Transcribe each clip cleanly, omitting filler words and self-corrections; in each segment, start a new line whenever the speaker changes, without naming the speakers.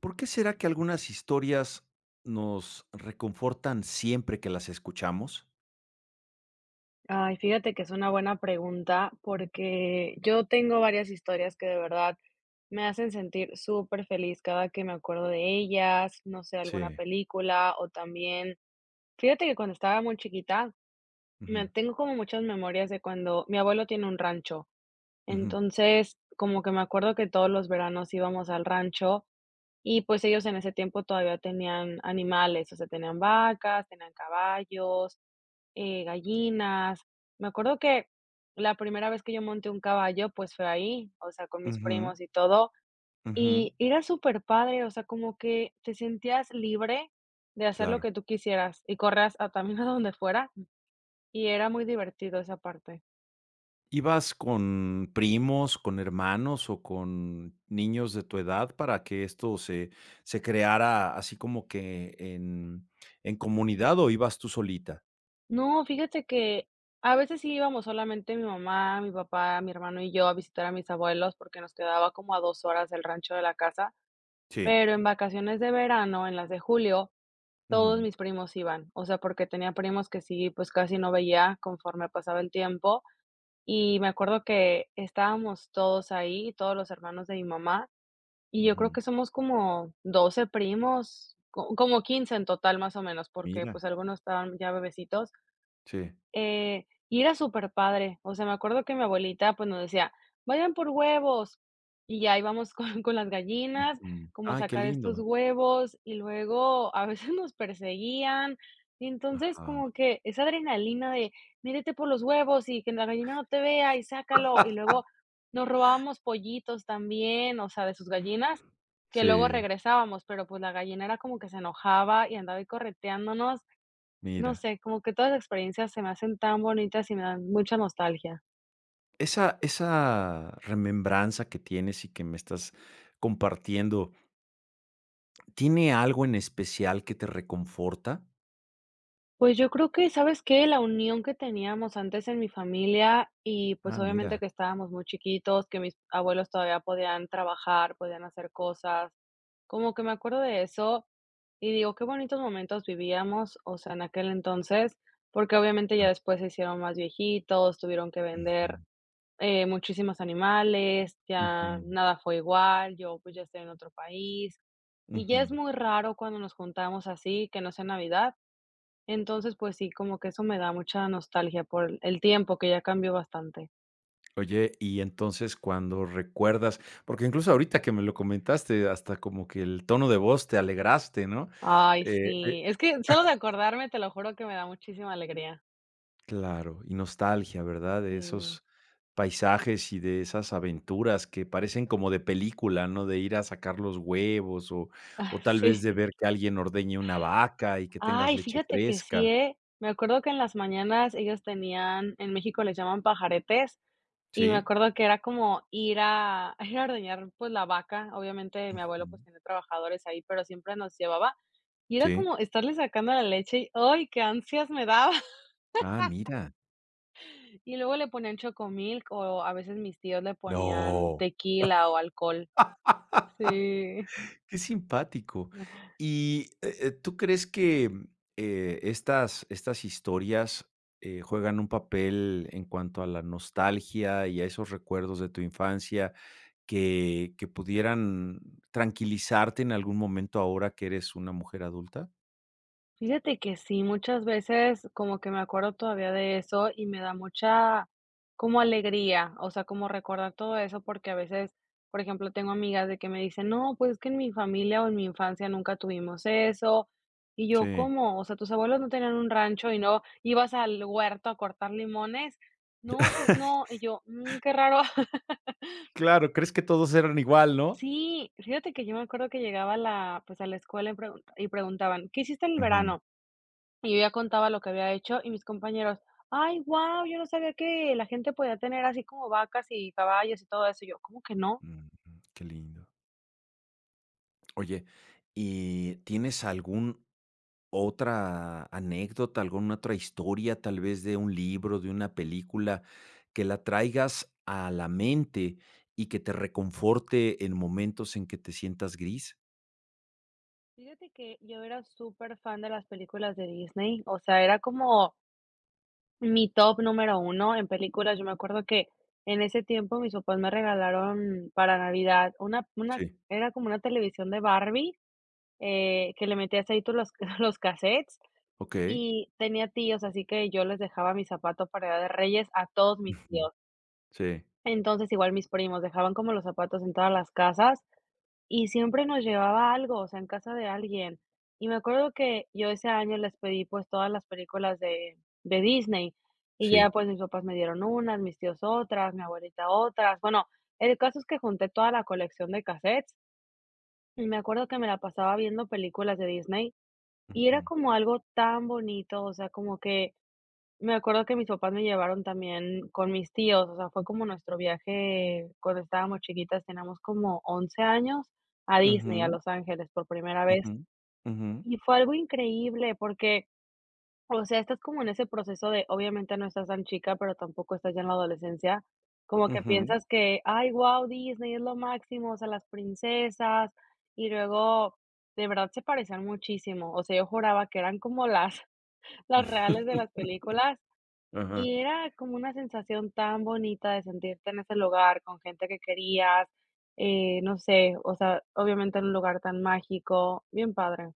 ¿Por qué será que algunas historias nos reconfortan siempre que las escuchamos?
Ay, fíjate que es una buena pregunta porque yo tengo varias historias que de verdad me hacen sentir súper feliz cada que me acuerdo de ellas. No sé, alguna
Sí.
película o también, fíjate que cuando estaba muy chiquita, me
Ujú.
tengo como muchas memorias de cuando mi abuelo tiene un rancho.
Ujú,
Entonces, como que me acuerdo que todos los veranos íbamos al rancho, y pues ellos en ese tiempo todavía tenían animales, o sea, tenían vacas, tenían caballos, gallinas. Me acuerdo que la primera vez que yo monté un caballo, pues fue ahí, o sea, con mis
ujú,
primos y todo,
ujú,
y era súper padre, o sea, como que te sentías libre de hacer lo
claro.
que tú quisieras y corrías a también a donde fuera, y era muy divertido esa parte.
¿Ibas con primos, con hermanos o con niños de tu edad para que esto se creara así como que en comunidad o ibas tú solita?
No, fíjate que a veces sí íbamos solamente mi mamá, mi papá, mi hermano y yo a visitar a mis abuelos porque nos quedaba como a 2 horas del rancho de la casa.
Sí.
Pero en vacaciones de verano, en las de julio, todos
Ujú,
mis primos iban, o sea, porque tenía primos que sí, pues, casi no veía conforme pasaba el tiempo. Y me acuerdo que estábamos todos ahí, todos los hermanos de mi mamá, y yo creo
ujú.
que somos como 12 primos, co como 15 en total, más o menos, porque,
Mira.
pues, algunos estaban ya bebecitos,
Sí.
y era superpadre. O sea, me acuerdo que mi abuelita, pues, nos decía: "Vayan por huevos", y ya íbamos con las gallinas,
Ujú.
como a
Ay, qué
sacar estos
lindo.
huevos, y luego a veces nos perseguían. Entonces,
Ajá.
como que esa adrenalina de: mírete por los huevos y que la gallina no te vea y sácalo", y luego nos robábamos pollitos también, o sea, de sus gallinas, que luego
Sí,
regresábamos, pero, pues, la gallina era como que se enojaba y andaba ahí correteándonos. No
mira.
sé, como que todas las experiencias se me hacen tan bonitas y me dan mucha nostalgia.
Esa remembranza que tienes y que me estás compartiendo, ¿tiene algo en especial que te reconforta?
Pues yo creo que, ¿sabes qué? La unión que teníamos antes en mi familia, y pues
Ah,
obviamente
mira.
que estábamos muy chiquitos, que mis abuelos todavía podían trabajar, podían hacer cosas. Como que me acuerdo de eso y digo, qué bonitos momentos vivíamos, o sea, en aquel entonces, porque obviamente
Ah,
ya después se hicieron más viejitos, tuvieron que
ujú,
vender muchísimos animales. Ya
ujú,
nada fue igual, yo pues ya estoy en otro país, y
ujú.
ya es muy raro cuando nos juntamos así, que no sea Navidad. Entonces, pues sí, como que eso me da mucha nostalgia por el tiempo que ya cambió bastante.
Oye, y entonces cuando recuerdas, porque incluso ahorita que me lo comentaste, hasta como que el tono de voz te alegraste, ¿no?
Ay,
Eh
sí, es que solo de acordarme, te lo juro que me da muchísima alegría.
Claro, y nostalgia, ¿verdad? De
Sí,
esos paisajes y de esas aventuras que parecen como de película, ¿no? De ir a sacar los huevos
ah,
o tal
sí.
vez de ver que alguien ordeñe una vaca y que tengas
Ay,
leche
fíjate que sí,
fresca.
¿eh? Me acuerdo que en las mañanas ellos tenían, en México les llaman pajaretes, y me
¿Sí?
acuerdo que era como ir a ir a ordeñar, pues, la vaca. Obviamente, mi abuelo, pues,
Mm,
tenía trabajadores ahí, pero siempre nos llevaba, y era
sí.
como estarle sacando la leche y, ¡ay, qué ansias me daba!
Ah, mira.
Y luego le ponían Chocomilk, o a veces mis tíos le ponían
No.
tequila o alcohol. Sí.
Qué simpático. ¿Y tú crees que estas historias juegan un papel en cuanto a la nostalgia y a esos recuerdos de tu infancia que pudieran tranquilizarte en algún momento ahora que eres una mujer adulta?
Fíjate que sí, muchas veces como que me acuerdo todavía de eso y me da mucha como alegría, o sea, como recordar todo eso, porque a veces, por ejemplo, tengo amigas de que me dicen, no, pues es que en mi familia o en mi infancia nunca tuvimos eso. Y yo,
Sí.
¿cómo? O sea, tus abuelos no tenían un rancho y no ibas al huerto a cortar limones. No, pues no. Y yo, "Mm, qué raro".
Claro, crees que todos eran igual, ¿no?
Sí, fíjate que yo me acuerdo que llegaba a la, pues a la escuela y preguntaban, ¿qué hiciste en el
Ujú.
verano? Y yo ya contaba lo que había hecho y mis compañeros: "Ay, guau, yo no sabía que la gente podía tener así como vacas y caballos y todo eso". Y yo: "¿Cómo que no?".
Mm, mm, qué lindo. Oye, ¿y tienes algún otra anécdota, alguna otra historia, tal vez de un libro, de una película, que la traigas a la mente y que te reconforte en momentos en que te sientas gris?
Fíjate que yo era súper fan de las películas de Disney, o sea, era como mi top número uno en películas. Yo me acuerdo que en ese tiempo mis papás me regalaron para Navidad una
Sí,
era como una televisión de Barbie, que le metías ahí tú los los cassettes,
okey.
y tenía tíos, así que yo les dejaba mi zapato para Día de Reyes a todos mis
Ujú.
tíos.
Sí,
Entonces, igual mis primos dejaban como los zapatos en todas las casas y siempre nos llevaba algo, o sea, en casa de alguien. Y me acuerdo que yo ese año les pedí pues todas las películas de Disney, y ya
sí.
pues mis papás me dieron unas, mis tíos otras, mi abuelita otras. Bueno, el caso es que junté toda la colección de cassettes, y me acuerdo que me la pasaba viendo películas de Disney, y era
Ujú.
como algo tan bonito, o sea, como que me acuerdo que mis papás me llevaron también con mis tíos, o sea, fue como nuestro viaje cuando estábamos chiquitas, teníamos como 11 años, a Disney, a
Ujú,
Los Ángeles por primera vez.
ujú, ujú,
Y fue algo increíble porque, o sea, estás como en ese proceso de, obviamente no estás tan chica, pero tampoco estás ya en la adolescencia, como que
ujú.
piensas que, ay, wow, Disney es lo máximo, o sea, las princesas, y luego de verdad se parecían muchísimo, o sea, yo juraba que eran como las, las reales de las películas,
Ajá.
y era como una sensación tan bonita de sentirte en ese lugar con gente que querías, no sé, o sea, obviamente en un lugar tan mágico, bien padre.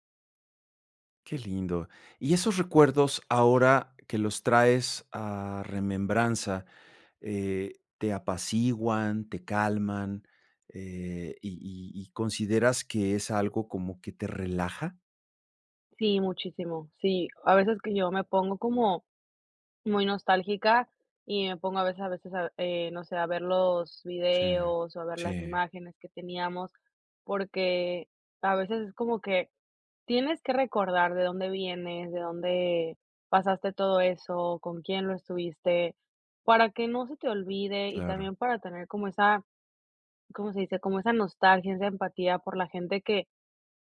Qué lindo. Y esos recuerdos, ahora que los traes a remembranza, ¿te apaciguan, te calman, y y consideras que es algo como que te relaja?
Sí, muchísimo. Sí, a veces que yo me pongo como muy nostálgica y me pongo a veces a no sé, a ver los
Sí,
videos o a ver las
sí,
imágenes que teníamos, porque a veces es como que tienes que recordar de dónde vienes, de dónde pasaste todo eso, con quién lo estuviste, para que no se te olvide y
claro.
también para tener como esa, ¿cómo se dice?, como esa nostalgia, esa empatía por la gente que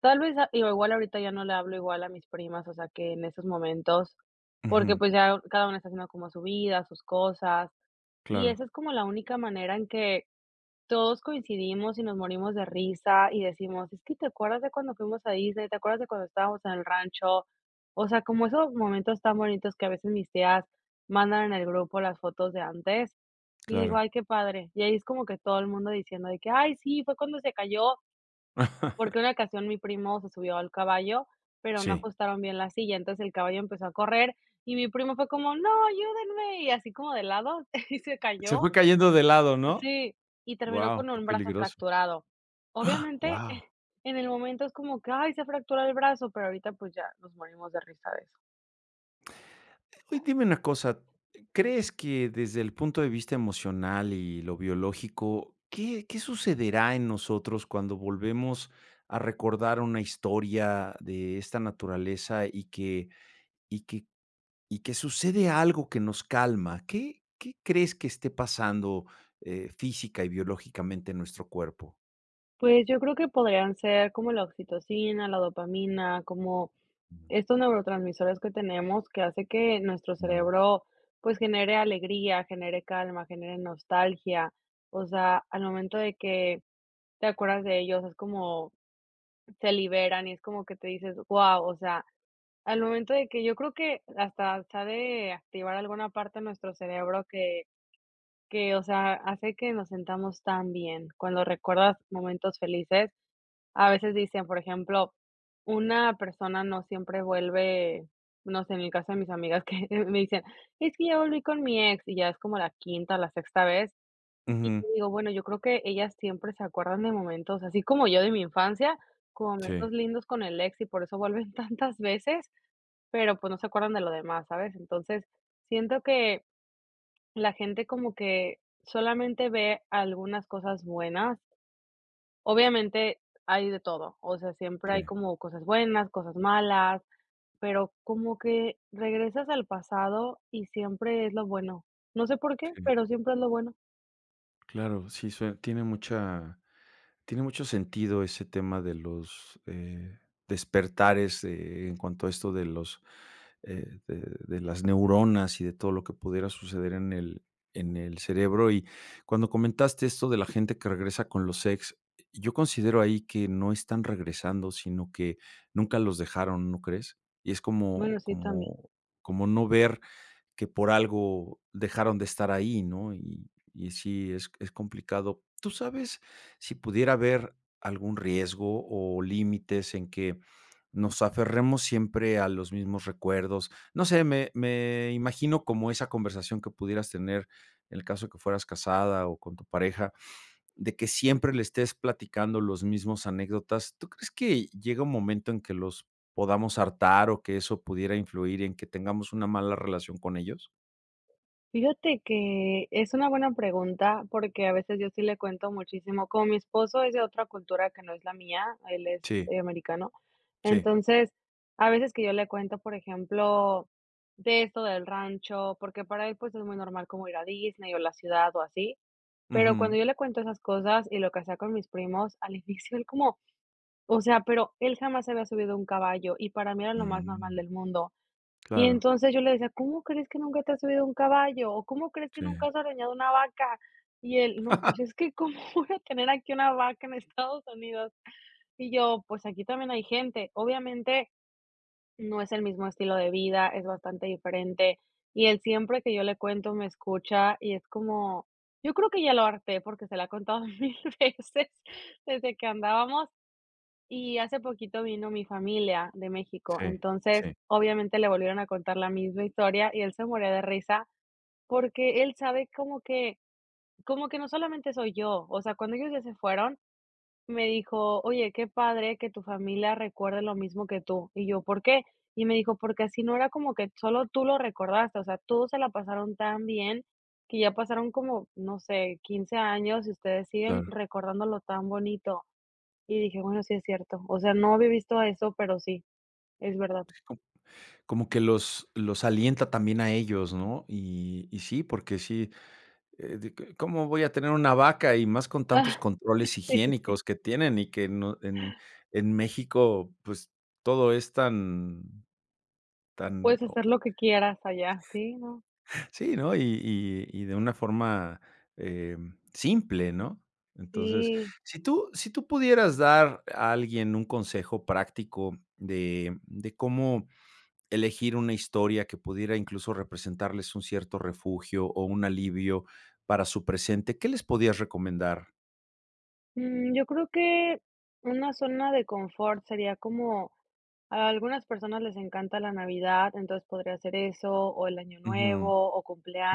tal vez, ah, digo, igual ahorita ya no le hablo igual a mis primas, o sea, que en esos momentos,
Ujú.
porque, pues, ya cada una está haciendo como su vida, sus cosas, y esa
Claro,
es como la única manera en que todos coincidimos y nos morimos de risa y decimos: "Es que, ¿te acuerdas de cuando fuimos a Disney? ¿Te acuerdas de cuando estábamos en el rancho?". O sea, como esos momentos tan bonitos que a veces mis tías mandan en el grupo las fotos de antes, y digo:
claro.
"Ay, qué padre". Y ahí es como que todo el mundo diciendo de que: "Ay, sí, fue cuando se cayó porque una ocasión mi primo se subió al caballo, pero no
Sí.
ajustaron bien la silla, entonces el caballo empezó a correr y mi primo fue como: 'No, ayúdenme'", y así como de lado, y se
Se
cayó.
fue cayendo de lado, ¿no?
Sí, y terminó
Wow,
con
qué
un brazo
peligroso.
fracturado. Obviamente,
Wow.
en el momento es como que: "Ay, se fracturó el brazo", pero ahorita, pues, ya nos morimos de risa de eso.
Hoy dime una cosa, ¿crees que desde el punto de vista emocional y lo biológico, qué sucederá en nosotros cuando volvemos a recordar una historia de esta naturaleza y que, y que sucede algo que nos calma? ¿Qué crees que esté pasando física y biológicamente en nuestro cuerpo?
Pues yo creo que podrían ser como la oxitocina, la dopamina, como estos neurotransmisores que tenemos, que hace que nuestro
Mm,
cerebro pues genere alegría, genere calma, genere nostalgia. O sea, al momento de que te acuerdas de ellos, es como se liberan y es como que te dices, wow, o sea, al momento de que yo creo que hasta se ha de activar alguna parte de nuestro cerebro que, o sea, hace que nos sentamos tan bien cuando recuerdas momentos felices. A veces dicen, por ejemplo, una persona no siempre vuelve, no sé, en el caso de mis amigas que me dicen: "Es que ya volví con mi ex", y ya es como la quinta, la sexta vez. Y
ujú.
digo, bueno, yo creo que ellas siempre se acuerdan de momentos, así como yo de mi infancia, como
Sí,
momentos lindos con el ex, y por eso vuelven tantas veces, pero, pues, no se acuerdan de lo demás, ¿sabes? Entonces, siento que la gente como que solamente ve algunas cosas buenas. Obviamente hay de todo, o sea, siempre hay
sí,
como cosas buenas, cosas malas, pero como que regresas al pasado y siempre es lo bueno. No sé por qué,
sí.
pero siempre es lo bueno.
Claro, sí, tiene mucha, tiene mucho sentido ese tema de los, despertares, en cuanto a esto de los, de las neuronas y de todo lo que pudiera suceder en el cerebro. Y cuando comentaste esto de la gente que regresa con los ex, yo considero ahí que no están regresando, sino que nunca los dejaron, ¿no crees? Y es
Bueno,
como
sí, también.
como como no ver que por algo dejaron de estar ahí, ¿no? Y sí, es complicado. ¿Tú sabes si pudiera haber algún riesgo o límites en que nos aferremos siempre a los mismos recuerdos? No sé, me imagino como esa conversación que pudieras tener en el caso de que fueras casada o con tu pareja, de que siempre le estés platicando los mismos anécdotas. ¿Tú crees que llega un momento en que los podamos hartar o que eso pudiera influir en que tengamos una mala relación con ellos?
Fíjate que es una buena pregunta porque a veces yo sí le cuento muchísimo. Como mi esposo es de otra cultura que no es la mía, él es,
Sí,
americano.
sí.
Entonces, a veces que yo le cuento, por ejemplo, de esto del rancho, porque para él, pues, es muy normal como ir a Disney o la ciudad o así. Pero cuando
Ujú.
yo le cuento esas cosas y lo que hacía con mis primos, al inicio él como, o sea, pero él jamás había subido a un caballo y para mí era lo más normal
Mm,
del mundo. Y
claro,
entonces yo le decía: "¿Cómo crees que nunca te has subido a un caballo? ¿O cómo crees que
sí,
nunca has ordeñado una vaca?". Y él: "No, pues es que cómo voy a tener aquí una vaca en Estados Unidos". Y yo: "Pues aquí también hay gente". Obviamente no es el mismo estilo de vida, es bastante diferente. Y él siempre que yo le cuento me escucha y es como, yo creo que ya lo harté porque se lo ha contado mil veces desde que andábamos, y hace poquito vino mi familia de México.
sí,
Entonces,
sí,
obviamente le volvieron a contar la misma historia y él se moría de risa porque él sabe como que no solamente soy yo, o sea, cuando ellos ya se fueron, me dijo: "Oye, qué padre que tu familia recuerde lo mismo que tú". Y yo: "¿Por qué?". Y me dijo: "Porque así no era como que solo tú lo recordaste, o sea, todos se la pasaron tan bien que ya pasaron como, no sé, 15 años y ustedes siguen
claro.
recordándolo tan bonito". Y dije: "Bueno, sí es cierto". O sea, no había visto eso, pero sí, es verdad.
Sí, co como que los alienta también a ellos, ¿no? Y sí, porque sí, de que, ¿cómo voy a tener una vaca? Y más con tantos controles higiénicos que tienen y que no en México, pues, todo es tan tan
Puedes hacer lo que quieras allá, sí, ¿no?
sí, ¿no? Y y de una forma, simple, ¿no? Entonces,
Sí.
si tú pudieras dar a alguien un consejo práctico de cómo elegir una historia que pudiera incluso representarles un cierto refugio o un alivio para su presente, ¿qué les podías recomendar?
Yo creo que una zona de confort sería como, a algunas personas les encanta la Navidad, entonces podría ser eso, o el Año
Ujú,
Nuevo, o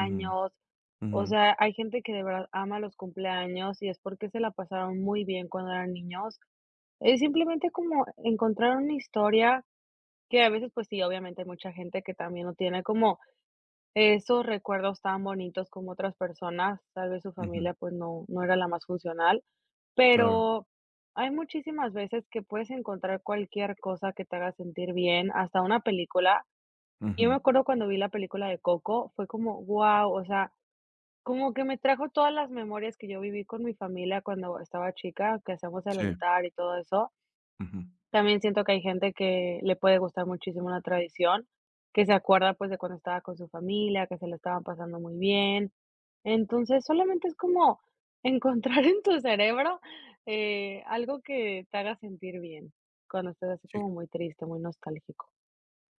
ujú, ujú,
O sea, hay gente que de verdad ama los cumpleaños y es porque se la pasaron muy bien cuando eran niños. Es simplemente como encontrar una historia que a veces, pues sí, obviamente hay mucha gente que también no tiene como esos recuerdos tan bonitos como otras personas. Tal vez su
ujú,
familia, pues no, no era la más funcional.
claro,
Pero hay muchísimas veces que puedes encontrar cualquier cosa que te haga sentir bien, hasta una película. Yo me
ujú,
acuerdo cuando vi la película de Coco, fue como, wow, o sea, como que me trajo todas las memorias que yo viví con mi familia cuando estaba chica, que hacíamos el
sí,
altar y todo eso.
ujú,
También siento que hay gente que le puede gustar muchísimo una tradición, que se acuerda, pues, de cuando estaba con su familia, que se la estaban pasando muy bien. Entonces, solamente es como encontrar en tu cerebro, algo que te haga sentir bien, cuando estés así
sí.
como muy triste, muy nostálgico.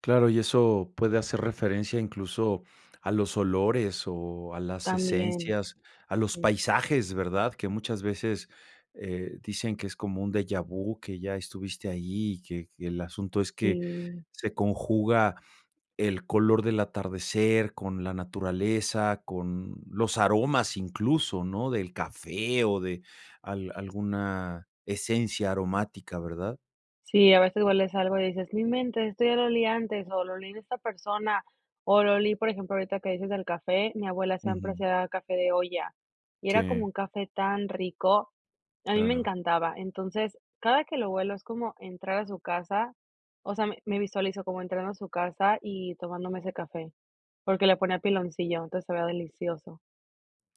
Claro, y eso puede hacer referencia incluso a los olores o a las
También,
esencias, a los
sí.
paisajes, ¿verdad? Que muchas veces dicen que es como un déjà vu, que ya estuviste ahí, y que el asunto es que
Sí.
se conjuga el color del atardecer con la naturaleza, con los aromas incluso, ¿no? Del café o de alguna esencia aromática, ¿verdad?
Sí, a veces hueles algo y dices: "No mente, esto ya lo olí antes, o lo olí en esta persona, o lo olí", por ejemplo, ahorita que dices del café, mi abuela siempre
Ujú.
hacía café de olla, y
Sí,
era como un café tan rico, a mí me
claro.
encantaba. Entonces, cada que lo huelo es como entrar a su casa, o sea, me visualizo como entrando a su casa y tomándome ese café, porque le ponía piloncillo, entonces sabía delicioso.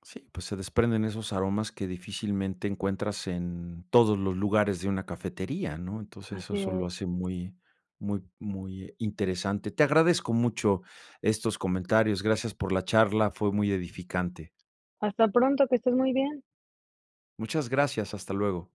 Sí, pues se desprenden esos aromas que difícilmente encuentras en todos los lugares de una cafetería, ¿no? Entonces
Así
eso lo
es.
hace muy, muy, muy interesante. Te agradezco mucho estos comentarios. Gracias por la charla, fue muy edificante.
Hasta pronto, que estés muy bien.
Muchas gracias, hasta luego.